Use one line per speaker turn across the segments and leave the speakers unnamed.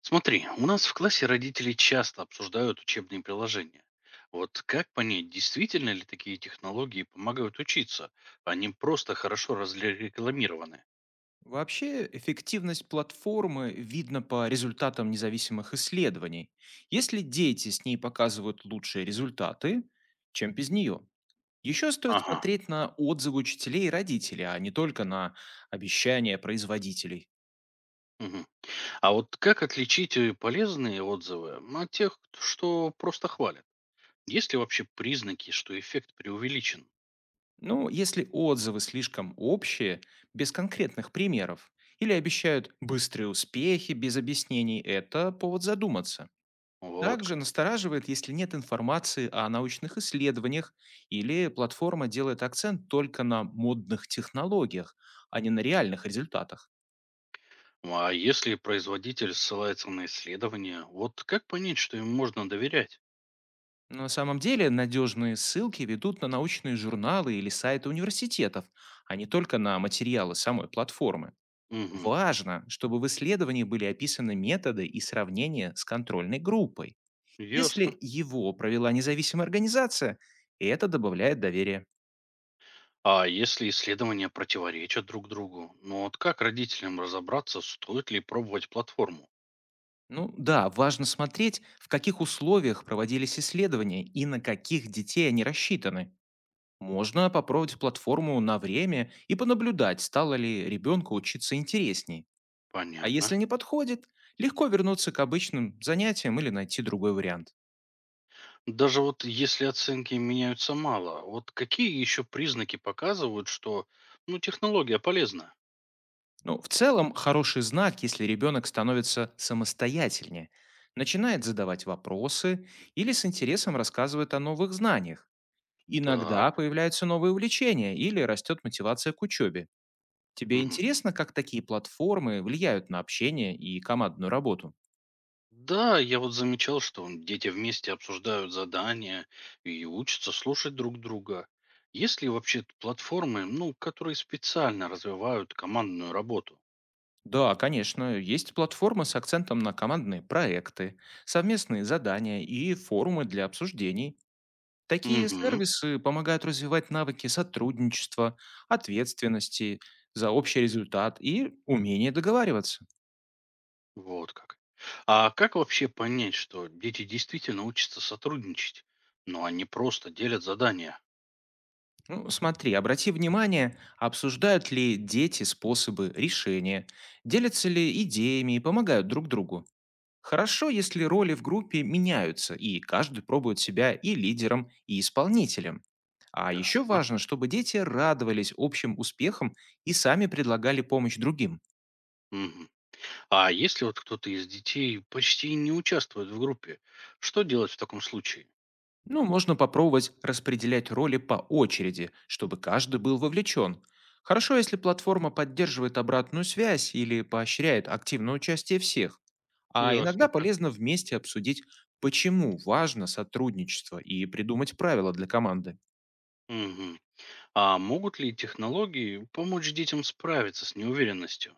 Смотри, у нас в классе родители часто обсуждают учебные приложения. Вот как понять, действительно ли такие технологии помогают учиться, а не просто хорошо разрекламированы?
Вообще, эффективность платформы видно по результатам независимых исследований. Если дети с ней показывают лучшие результаты, чем без нее. Еще стоит
Ага.
смотреть на отзывы учителей и родителей, а не только на обещания производителей.
Мгм. А вот как отличить полезные отзывы от тех, что просто хвалят? Есть ли вообще признаки, что эффект преувеличен?
Ну, если отзывы слишком общие, без конкретных примеров, или обещают быстрые успехи без объяснений, это повод задуматься.
Вот
Также
как.
настораживает, если нет информации о научных исследованиях или платформа делает акцент только на модных технологиях, а не на реальных результатах.
Ну, А если производитель ссылается на исследования, вот как понять, что им можно доверять?
На самом деле надежные ссылки ведут на научные журналы или сайты университетов, а не только на материалы самой платформы.
Угу,
Важно, чтобы в исследовании были описаны методы и сравнения с контрольной группой.
ясно.
Если его провела независимая организация, это добавляет доверия.
А если исследования противоречат друг другу, вот как родителям разобраться, стоит ли пробовать платформу?
Ну да, важно смотреть, в каких условиях проводились исследования и на каких детей они рассчитаны. Можно попробовать платформу на время и понаблюдать, стало ли ребенку учиться интересней. А
Понятно.
если не подходит, легко вернуться к обычным занятиям или найти другой вариант.
Даже вот если оценки меняются мало, вот какие еще признаки показывают, что ну, технология полезна?
Ну, в целом, хороший знак, если ребенок становится самостоятельнее, начинает задавать вопросы или с интересом рассказывает о новых знаниях.
Так.
Иногда появляются новые увлечения или растет мотивация к учебе. Тебе
Мгм.
интересно, как такие платформы влияют на общение и командную работу?
Да, я вот замечал, что дети вместе обсуждают задания и учатся слушать друг друга. Есть ли вообще платформы, которые специально развивают командную работу?
Да, конечно, есть платформы с акцентом на командные проекты, совместные задания и форумы для обсуждений. Такие
Угу.
сервисы помогают развивать навыки сотрудничества, ответственности за общий результат и умение договариваться.
Вот как. А как вообще понять, что дети действительно учатся сотрудничать, но они просто делят задания?
Ну, смотри, обрати внимание, обсуждают ли дети способы решения, делятся ли идеями и помогают друг другу. Хорошо, если роли в группе меняются, и каждый пробует себя и лидером, и исполнителем. А еще
Ясно.
важно, чтобы дети радовались общим успехам и сами предлагали помощь другим.
Мгм. А если вот кто-то из детей почти не участвует в группе, что делать в таком случае?
Ну, можно попробовать распределять роли по очереди, чтобы каждый был вовлечен. Хорошо, если платформа поддерживает обратную связь или поощряет активное участие всех. А иногда
Ясненько.
полезно вместе обсудить, почему важно сотрудничество и придумать правила для команды.
Мгм. А могут ли технологии помочь детям справиться с неуверенностью?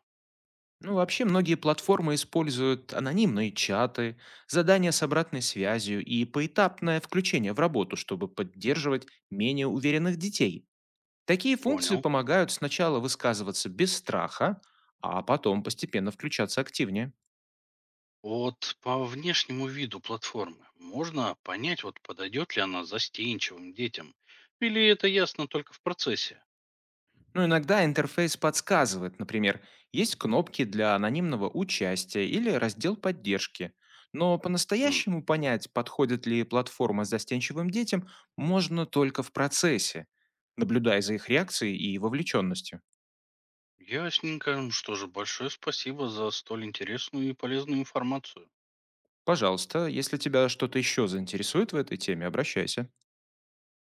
Ну, вообще, многие платформы используют анонимные чаты, задания с обратной связью и поэтапное включение в работу, чтобы поддерживать менее уверенных детей. Такие функции
Понял.
помогают сначала высказываться без страха, а потом постепенно включаться активнее.
Вот по внешнему виду платформы можно понять, вот подойдет ли она застенчивым детям, или это ясно только в процессе?
Ну, иногда интерфейс подсказывает, например, есть кнопки для анонимного участия или раздел поддержки. Но по-настоящему понять, подходит ли платформа застенчивым детям, можно только в процессе, наблюдая за их реакцией и вовлеченностью.
Ясненько. Что же, большое спасибо за столь интересную и полезную информацию.
Пожалуйста, если тебя что-то еще заинтересует в этой теме, обращайся.